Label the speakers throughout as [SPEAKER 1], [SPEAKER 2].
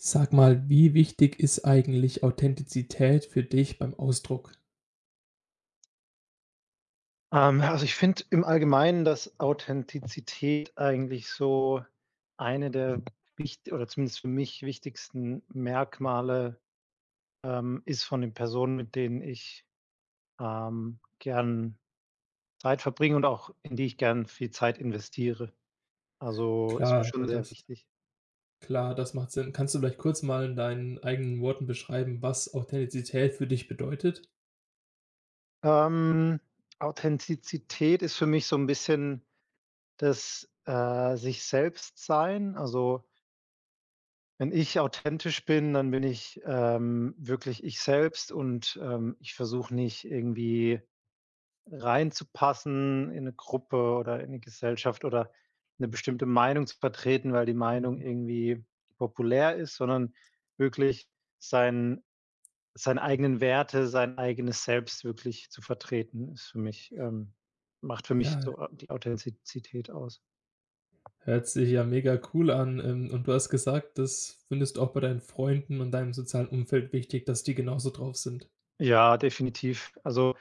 [SPEAKER 1] Sag mal, wie wichtig ist eigentlich Authentizität für dich beim Ausdruck?
[SPEAKER 2] Also, ich finde im Allgemeinen, dass Authentizität eigentlich so eine der wichtig oder zumindest für mich wichtigsten Merkmale, ist von den Personen, mit denen ich, gern Zeit verbringe und auch in die ich gern viel Zeit investiere. Also, ist mir
[SPEAKER 1] Klar, da
[SPEAKER 2] schon sehr
[SPEAKER 1] das
[SPEAKER 2] wichtig.
[SPEAKER 1] klar, das macht Sinn. Kannst du vielleicht kurz mal in deinen eigenen Worten beschreiben, was Authentizität für dich bedeutet?
[SPEAKER 2] Ähm, Authentizität ist für mich so ein bisschen das, sich selbst sein. Also, wenn ich authentisch bin, dann bin ich, wirklich ich selbst und, ich versuche nicht irgendwie reinzupassen in eine Gruppe oder in eine Gesellschaft oder eine bestimmte Meinung zu vertreten, weil die Meinung
[SPEAKER 1] Mhm.
[SPEAKER 2] irgendwie populär ist, sondern wirklich sein seine eigenen Werte, sein eigenes Selbst wirklich zu vertreten, macht für mich
[SPEAKER 1] Ja,
[SPEAKER 2] so, die Authentizität aus.
[SPEAKER 1] hört sich ja mega cool an. Und du hast gesagt, das findest du auch bei deinen Freunden und deinem sozialen Umfeld wichtig, dass die genauso drauf sind.
[SPEAKER 2] Ja, definitiv. Also,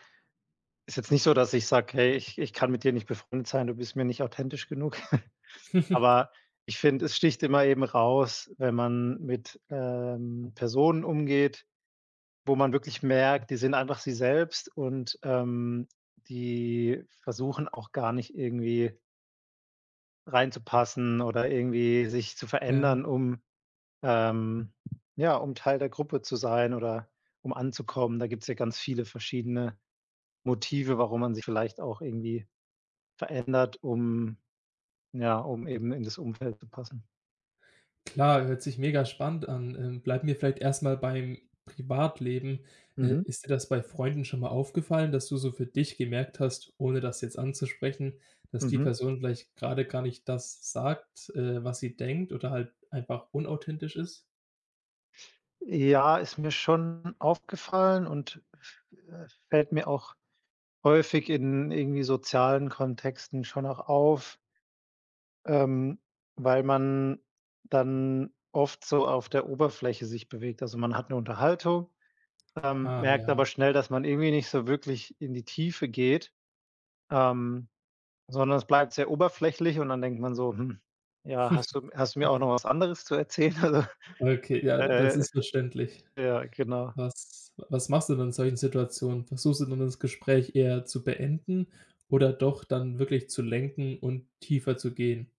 [SPEAKER 2] ist jetzt nicht so, dass ich sage: „Hey, ich kann mit dir nicht befreundet sein, du bist mir nicht authentisch genug.“ Aber ich finde, es sticht immer eben raus, wenn man mit, Personen umgeht, wo man wirklich merkt, die sind einfach sie selbst und, die versuchen auch gar nicht irgendwie reinzupassen oder irgendwie sich zu verändern,
[SPEAKER 1] Ja.
[SPEAKER 2] ähm, ja, um Teil der Gruppe zu sein oder um anzukommen. Da gibt's ja ganz viele verschiedene Motive, warum man sich vielleicht auch irgendwie verändert, um eben in das Umfeld zu passen.
[SPEAKER 1] Klar, hört sich mega spannend an. Bleiben wir vielleicht erst mal beim Privatleben.
[SPEAKER 2] Mhm,
[SPEAKER 1] Ist dir das bei Freunden schon mal aufgefallen, dass du so für dich gemerkt hast, ohne das jetzt anzusprechen, dass die
[SPEAKER 2] mhm.
[SPEAKER 1] Person vielleicht gerade gar nicht das sagt, was sie denkt oder halt einfach unauthentisch ist?
[SPEAKER 2] Ja, ist mir schon aufgefallen und f fällt mir auch häufig in irgendwie sozialen Kontexten schon auch auf, ähm, weil man dann oft so auf der Oberfläche sich bewegt. Also, man hat 'ne Unterhaltung,
[SPEAKER 1] Ah
[SPEAKER 2] merkt
[SPEAKER 1] ja.
[SPEAKER 2] aber schnell, dass man irgendwie nicht so wirklich in die Tiefe geht, ähm sondern es bleibt sehr oberflächlich und dann denkt man so: „Hm, ja, hast du hast du mir auch noch was anderes zu erzählen?“ Also,
[SPEAKER 1] Okay, ja, d das
[SPEAKER 2] äh,
[SPEAKER 1] ist verständlich.
[SPEAKER 2] ja, genau.
[SPEAKER 1] Was machst du dann in solchen Situationen? Versuchst du dann das Gespräch eher zu beenden oder doch dann wirklich zu lenken und tiefer zu gehen?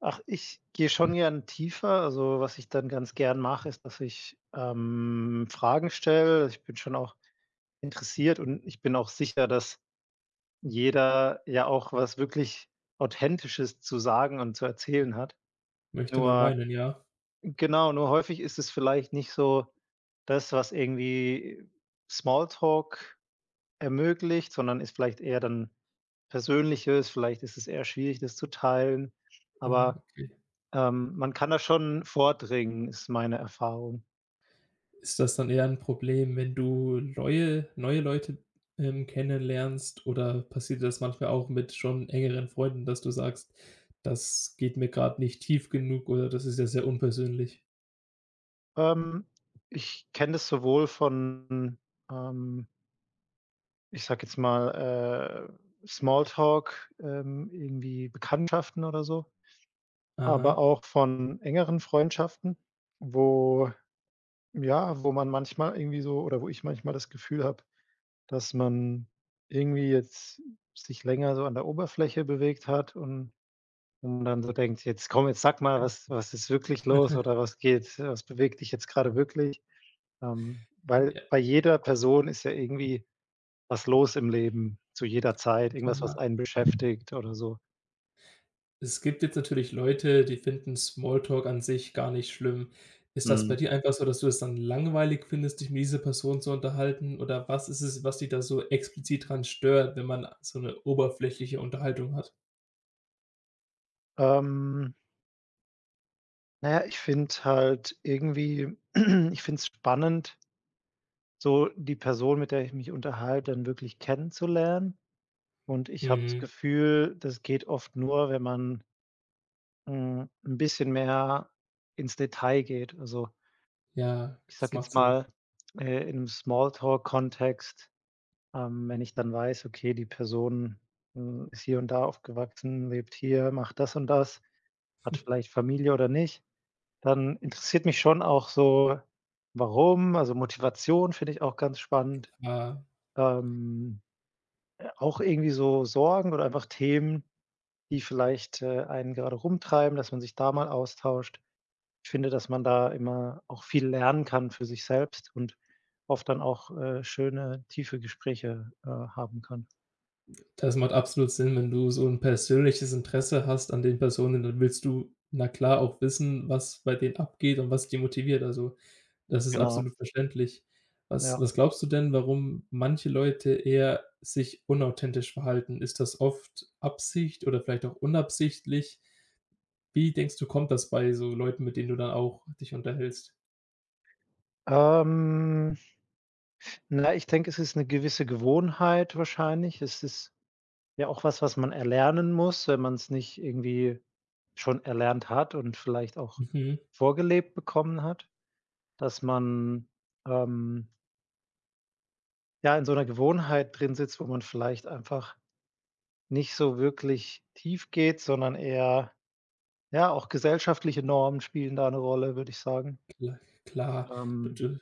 [SPEAKER 2] Ach, ich gehe schon gern tiefer. Also, was ich dann ganz gern mache, ist, dass ich, Fragen stelle. Ich bin schon auch interessiert und ich bin auch sicher, dass jeder ja auch was wirklich Authentisches zu sagen und zu erzählen hat.
[SPEAKER 1] Möchte man
[SPEAKER 2] Nur
[SPEAKER 1] meinen, ja.
[SPEAKER 2] genau, nur häufig ist es vielleicht nicht so das, was irgendwie Smalltalk ermöglicht, sondern ist vielleicht eher dann Persönliches, vielleicht ist es eher schwierig, das zu teilen,
[SPEAKER 1] Ah,
[SPEAKER 2] aber,
[SPEAKER 1] okay.
[SPEAKER 2] man kann da schon vordringen, ist meine Erfahrung.
[SPEAKER 1] Ist das dann eher ein Problem, wenn du neue Leute, kennenlernst oder passiert dir das manchmal auch mit schon engeren Freunden, dass du sagst: „Das geht mir gerade nicht tief genug“ oder „Das ist ja sehr unpersönlich“?
[SPEAKER 2] Ähm, ich kenne das sowohl von, ähm, ich sage jetzt mal, Smalltalk, irgendwie Bekanntschaften oder so, aber
[SPEAKER 1] Aha,
[SPEAKER 2] auch von engeren Freundschaften, wo ja, wo man manchmal irgendwie so oder wo ich manchmal das Gefühl habe, dass man irgendwie jetzt sich länger so an der Oberfläche bewegt hat und dann so denkt: „Jetzt komm, jetzt sag mal,
[SPEAKER 1] ja.
[SPEAKER 2] was ist wirklich los oder was bewegt dich jetzt gerade wirklich?“ weil
[SPEAKER 1] Ja,
[SPEAKER 2] bei jeder Person ist ja irgendwie was los im Leben zu jeder Zeit, irgendwas, was
[SPEAKER 1] klar.
[SPEAKER 2] einen beschäftigt oder so.
[SPEAKER 1] Es gibt jetzt natürlich Leute, die finden Smalltalk an sich gar nicht schlimm. Ist das bei
[SPEAKER 2] Mhm.
[SPEAKER 1] dir einfach so, dass du es dann langweilig findest, dich mit dieser Person zu unterhalten oder was ist es, was dich da so explizit dran stört, wenn man so eine oberflächliche Unterhaltung hat?
[SPEAKER 2] Ähm, na ja, ich finde halt irgendwie ich finde es spannend, so die Person, mit der ich mich unterhalte, dann wirklich kennenzulernen. Und ich habe das
[SPEAKER 1] Mhm.
[SPEAKER 2] Gefühl, das geht oft nur, wenn man, 'n bisschen mehr ins Detail geht. Also,
[SPEAKER 1] Ja,
[SPEAKER 2] ich
[SPEAKER 1] das
[SPEAKER 2] sage
[SPEAKER 1] macht
[SPEAKER 2] jetzt
[SPEAKER 1] Sinn.
[SPEAKER 2] mal, in einem Smalltalk-Kontext, wenn ich dann weiß, okay, die Person, ist hier und da aufgewachsen, lebt hier, macht das und das, hat vielleicht Familie oder nicht, dann interessiert mich schon auch so, warum, also, Motivation finde ich auch ganz spannend,
[SPEAKER 1] Ja,
[SPEAKER 2] ähm, auch irgendwie so Sorgen oder einfach Themen, die vielleicht, einen gerade rumtreiben, dass man sich da mal austauscht. Ich finde, dass man da immer auch viel lernen kann für sich selbst und oft dann auch, schöne, tiefe Gespräche, haben kann.
[SPEAKER 1] das macht absolut Sinn, wenn du so 'n persönliches Interesse hast an den Personen, dann willst du, na klar, auch wissen, was bei denen abgeht und was die motiviert. Also, das ist
[SPEAKER 2] Genau,
[SPEAKER 1] absolut verständlich. Was
[SPEAKER 2] ja.
[SPEAKER 1] was glaubst du denn, warum manche Leute eher sich unauthentisch verhalten? Ist das oft Absicht oder vielleicht auch unabsichtlich? Wie denkst du, kommt das bei so Leuten, mit denen du dann auch dich unterhältst?
[SPEAKER 2] Ähm, na, ich denke, es ist eine gewisse Gewohnheit wahrscheinlich. Es ist ja auch was, was man erlernen muss, wenn man es nicht irgendwie schon erlernt hat und vielleicht auch
[SPEAKER 1] Mhm,
[SPEAKER 2] vorgelebt bekommen hat, dass man, ähm ja, in so einer Gewohnheit drin sitzt, wo man vielleicht einfach nicht so wirklich tief geht, sondern eher ja, auch gesellschaftliche Normen spielen da eine Rolle, würde ich sagen.
[SPEAKER 1] kla klar. Du
[SPEAKER 2] Ähm,
[SPEAKER 1] du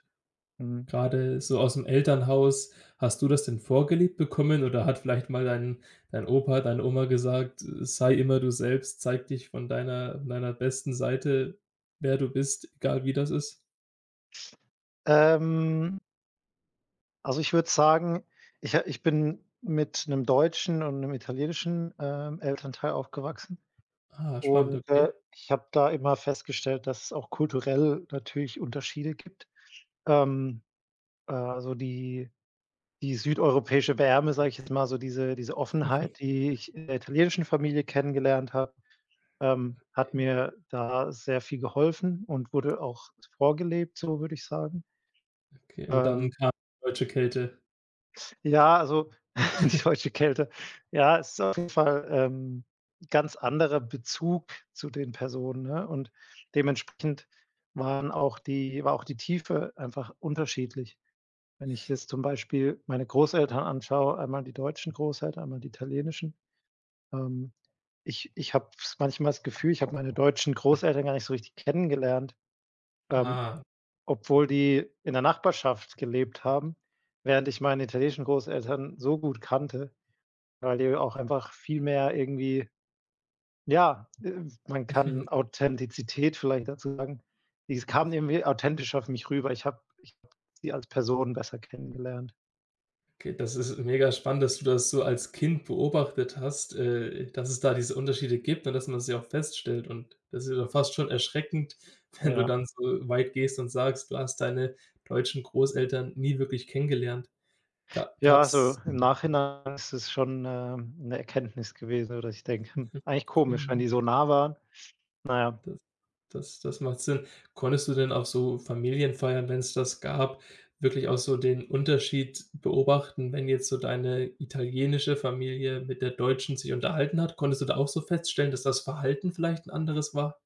[SPEAKER 2] mhm.
[SPEAKER 1] Gerade so aus dem Elternhaus, hast du das denn vorgelebt bekommen oder hat vielleicht mal dein Opa, deine Oma gesagt: „Sei immer du selbst, zeig dich von deiner besten Seite, wer du bist, egal wie das ist?“
[SPEAKER 2] Ähm, also, ich würde sagen, ich bin mit einem deutschen und einem italienischen, Elternteil aufgewachsen
[SPEAKER 1] Ah, spannend,
[SPEAKER 2] und,
[SPEAKER 1] okay.
[SPEAKER 2] ich habe da immer festgestellt, dass es auch kulturell natürlich Unterschiede gibt. Ähm, also, die südeuropäische Wärme, sage ich jetzt mal, so diese Offenheit, die ich in der italienischen Familie kennengelernt habe, hat mir da sehr viel geholfen und wurde auch vorgelebt, so würde ich sagen.
[SPEAKER 1] Okay, und dann
[SPEAKER 2] Ähm,
[SPEAKER 1] kam die deutsche Kälte.
[SPEAKER 2] ja, also die deutsche Kälte. Ja, es ist auf jeden Fall, ganz anderer Bezug zu den Personen, ne? Und dementsprechend war auch die Tiefe einfach unterschiedlich. Wenn ich jetzt zum Beispiel meine Großeltern anschaue, einmal die deutschen Großeltern, einmal die italienischen. Ähm, ich habe manchmal das Gefühl, ich habe meine deutschen Großeltern gar nicht so richtig kennengelernt, ähm,
[SPEAKER 1] Ah.
[SPEAKER 2] obwohl die in der Nachbarschaft gelebt haben, während ich meine italienischen Großeltern so gut kannte, weil die auch einfach viel mehr irgendwie ja, man kann Authentizität vielleicht dazu sagen. Die kamen irgendwie authentisch auf mich rüber. Ich habe sie als Person besser kennengelernt.
[SPEAKER 1] Okay, das ist mega spannend, dass du das so als Kind beobachtet hast, dass es da diese Unterschiede gibt und dass man sie auch feststellt. Und das ist ja fast schon erschreckend, wenn du
[SPEAKER 2] Ja.
[SPEAKER 1] dann so weit gehst und sagst, du hast deine deutschen Großeltern nie wirklich kennengelernt. Ga
[SPEAKER 2] Ja, also
[SPEAKER 1] gab's
[SPEAKER 2] im Nachhinein ist es schon, 'ne Erkenntnis gewesen, dass ich denke: „Hm, eigentlich komisch, wenn
[SPEAKER 1] ja.
[SPEAKER 2] die so nah waren.“ Naja, ja.
[SPEAKER 1] Das das macht Sinn. Konntest du denn auf so Familienfeiern, wenn es das gab, wirklich auch so den Unterschied beobachten, wenn jetzt so deine italienische Familie mit der deutschen sich unterhalten hat? Konntest du da auch so feststellen, dass das Verhalten vielleicht ein anderes war?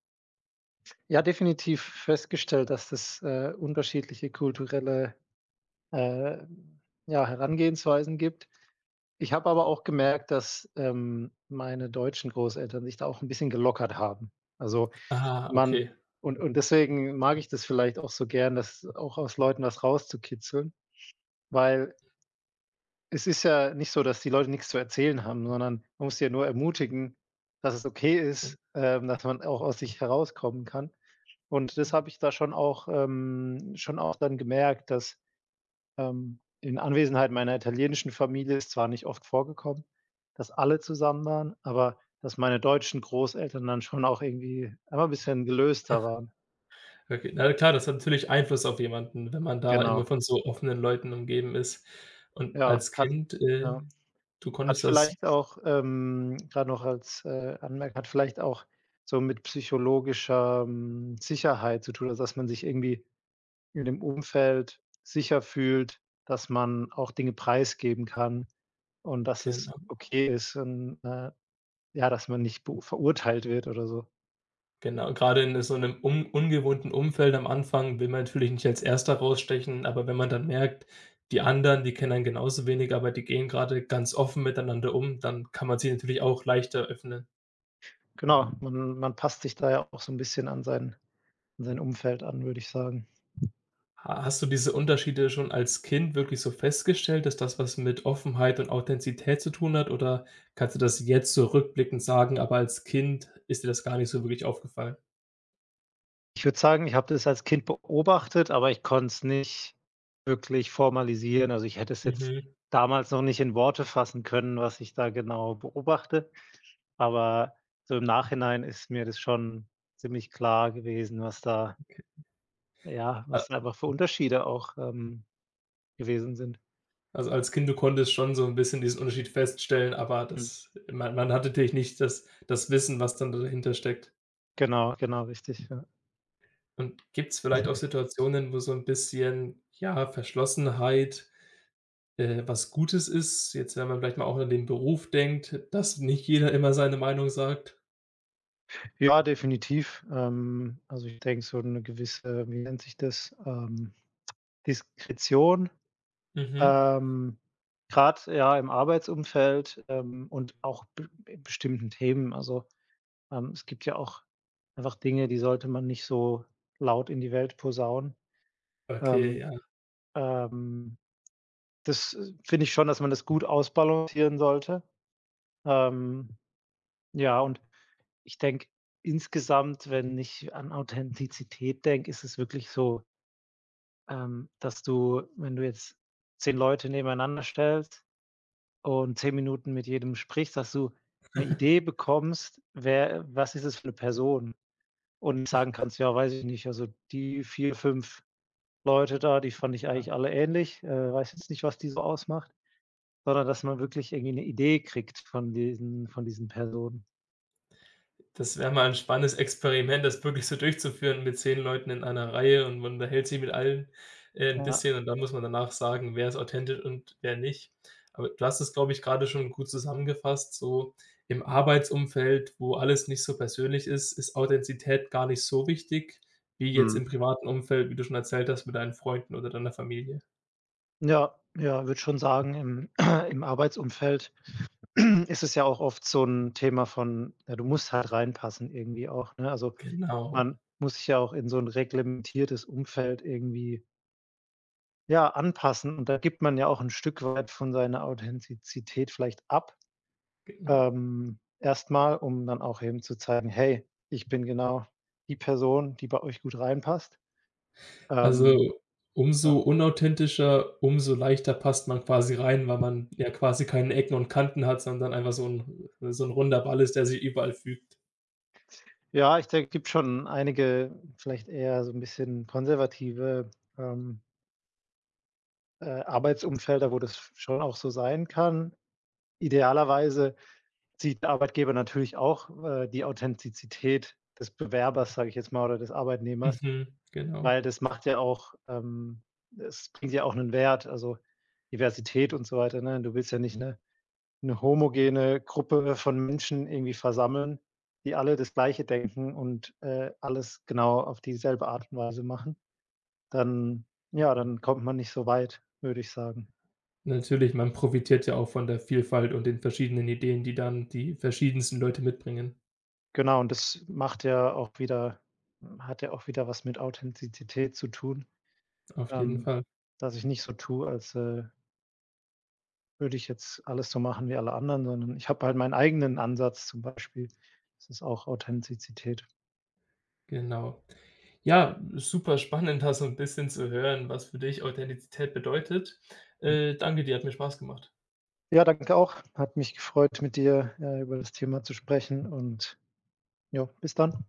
[SPEAKER 2] Ja, definitiv festgestellt, dass es unterschiedliche kulturelle, äh, ja, Herangehensweisen gibt. Ich habe aber auch gemerkt, dass, meine deutschen Großeltern sich da auch ein bisschen gelockert haben. Also,
[SPEAKER 1] Ah,
[SPEAKER 2] man
[SPEAKER 1] okay,
[SPEAKER 2] und deswegen mag ich das vielleicht auch so gern, das auch aus Leuten was rauszukitzeln, weil es ist ja nicht so, dass die Leute nichts zu erzählen haben, sondern man muss sie ja nur ermutigen, dass es okay
[SPEAKER 1] okay.
[SPEAKER 2] ist, dass man auch aus sich herauskommen kann. Und das habe ich da schon auch dann gemerkt, dass, in Anwesenheit meiner italienischen Familie ist zwar nicht oft vorgekommen, dass alle zusammen waren, aber dass meine deutschen Großeltern dann schon auch irgendwie immer 'n bisschen gelöster waren.
[SPEAKER 1] Okay, na ja klar, das hat natürlich Einfluss auf jemanden, wenn man da
[SPEAKER 2] Genau,
[SPEAKER 1] immer von so offenen Leuten umgeben ist. Und
[SPEAKER 2] ja,
[SPEAKER 1] als
[SPEAKER 2] hat
[SPEAKER 1] Kind,
[SPEAKER 2] ja.
[SPEAKER 1] du
[SPEAKER 2] Hat
[SPEAKER 1] konntest das
[SPEAKER 2] vielleicht auch, grad noch als, Anmerkung hat vielleicht auch so mit psychologischer, Sicherheit zu tun, also, dass man sich irgendwie in dem Umfeld sicher fühlt, dass man auch Dinge preisgeben kann und dass es
[SPEAKER 1] genau.
[SPEAKER 2] okay ist und, ja, dass man nicht beu verurteilt wird oder so.
[SPEAKER 1] Genau, gerade in so einem un ungewohnten Umfeld am Anfang will man natürlich nicht als Erster rausstechen, aber wenn man dann merkt, die anderen, die kennen einen genauso wenig, aber die gehen gerade ganz offen miteinander um, dann kann man sich natürlich auch leichter öffnen.
[SPEAKER 2] Genau, man passt sich da ja auch so ein bisschen an sein Umfeld an, würde ich sagen.
[SPEAKER 1] Ha hast du diese Unterschiede schon als Kind wirklich so festgestellt, dass das was mit Offenheit und Authentizität zu tun hat, oder kannst du das jetzt so rückblickend sagen, aber als Kind ist dir das gar nicht so wirklich aufgefallen?
[SPEAKER 2] Ich würde sagen, ich habe das als Kind beobachtet, aber ich konnte es nicht wirklich formalisieren. Also, ich hätte es jetzt
[SPEAKER 1] Mhm.
[SPEAKER 2] damals noch nicht in Worte fassen können, was ich da genau beobachte, aber so im Nachhinein ist mir das schon ziemlich klar gewesen, was da einfach für Unterschiede auch, gewesen sind.
[SPEAKER 1] Also, als Kind, du konntest schon so 'n bisschen diesen Unterschied feststellen, aber
[SPEAKER 2] Mhm.
[SPEAKER 1] das man hatte natürlich nicht das Wissen, was dann dahinter steckt.
[SPEAKER 2] Genau, genau, richtig, ja.
[SPEAKER 1] Und gibt's vielleicht auch Situationen, wo so 'n bisschen, ja, Verschlossenheit, was Gutes ist? Jetzt, wenn man vielleicht mal auch an den Beruf denkt, dass nicht jeder immer seine Meinung sagt.
[SPEAKER 2] Ja, definitiv. Also, ich denke, so eine gewisse, wie nennt sich das, Diskretion,
[SPEAKER 1] Mhm.
[SPEAKER 2] Ähm, grad, ja, im Arbeitsumfeld, und auch be in bestimmten Themen. Also, es gibt ja auch einfach Dinge, die sollte man nicht so laut in die Welt posaunen.
[SPEAKER 1] Okay,
[SPEAKER 2] Ähm,
[SPEAKER 1] ja.
[SPEAKER 2] ähm, das, finde ich schon, dass man das gut ausbalancieren sollte. Ähm, ja, und ich denke insgesamt, wenn ich an Authentizität denke, ist es wirklich so, dass du, wenn du jetzt 10 Leute nebeneinander stellst und 10 Minuten mit jedem sprichst, dass du eine Idee bekommst, wer was ist es für eine Person und sagen kannst: „Ja, weiß ich nicht, also die 4 5 Leute da, die fand ich eigentlich alle ähnlich, weiß jetzt nicht, was die so ausmacht.“ Sondern dass man wirklich irgendwie eine Idee kriegt von diesen Personen.
[SPEAKER 1] Das wäre mal ein spannendes Experiment, das wirklich so durchzuführen mit 10 Leuten in einer Reihe und man unterhält sich mit allen, 'n
[SPEAKER 2] Ja.
[SPEAKER 1] bisschen und dann muss man danach sagen, wer ist authentisch und wer nicht. Aber du hast es, glaube ich, gerade schon gut zusammengefasst, so im Arbeitsumfeld, wo alles nicht so persönlich ist, ist Authentizität gar nicht so wichtig wie jetzt
[SPEAKER 2] Mhm.
[SPEAKER 1] im privaten Umfeld, wie du schon erzählt hast, mit deinen Freunden oder deiner Familie.
[SPEAKER 2] Ja, ja, würde schon sagen, im im Arbeitsumfeld ist es ja auch oft so ein Thema von, ja, du musst halt reinpassen irgendwie auch, ne? Also,
[SPEAKER 1] Genau,
[SPEAKER 2] man muss sich ja auch in so 'n reglementiertes Umfeld irgendwie, ja, anpassen und da gibt man ja auch 'n Stück weit von seiner Authentizität vielleicht ab,
[SPEAKER 1] genau.
[SPEAKER 2] erst mal, um dann auch eben zu zeigen: „Hey, ich bin genau die Person, die bei euch gut reinpasst.“ Ähm,
[SPEAKER 1] Also,
[SPEAKER 2] ja.
[SPEAKER 1] umso unauthentischer, umso leichter passt man quasi rein, weil man ja quasi keine Ecken und Kanten hat, sondern einfach so 'n runder Ball ist, der sich überall fügt.
[SPEAKER 2] Ja, ich denke, gibt schon einige vielleicht eher so 'n bisschen konservative, ähm, Arbeitsumfelder, wo das schon auch so sein kann. Idealerweise sieht der Arbeitgeber natürlich auch, die Authentizität des Bewerbers, sage ich jetzt mal, oder des Arbeitnehmers,
[SPEAKER 1] Mhm, genau.
[SPEAKER 2] weil das macht ja auch es bringt ja auch einen Wert, also, Diversität und so weiter, ne? Du willst ja nicht eine 'ne homogene Gruppe von Menschen irgendwie versammeln, die alle das Gleiche denken und, alles genau auf dieselbe Art und Weise machen. Dann ja, dann kommt man nicht so weit, würde ich sagen.
[SPEAKER 1] Natürlich, man profitiert ja auch von der Vielfalt und den verschiedenen Ideen, die dann die verschiedensten Leute mitbringen.
[SPEAKER 2] Genau, und das macht ja auch wieder hat ja auch wieder was mit Authentizität zu tun.
[SPEAKER 1] Auf jeden
[SPEAKER 2] Ähm,
[SPEAKER 1] Fall,
[SPEAKER 2] dass ich nicht so tue, als, würde ich jetzt alles so machen wie alle anderen, sondern ich habe halt meinen eigenen Ansatz zum Beispiel. Das ist auch Authentizität.
[SPEAKER 1] genau. Ja, super spannend, da so 'n bisschen zu hören, was für dich Authentizität bedeutet. Danke dir, hat mir Spaß gemacht.
[SPEAKER 2] Ja, danke auch. Hat mich gefreut, mit dir, über das Thema zu sprechen und ja, bis dann.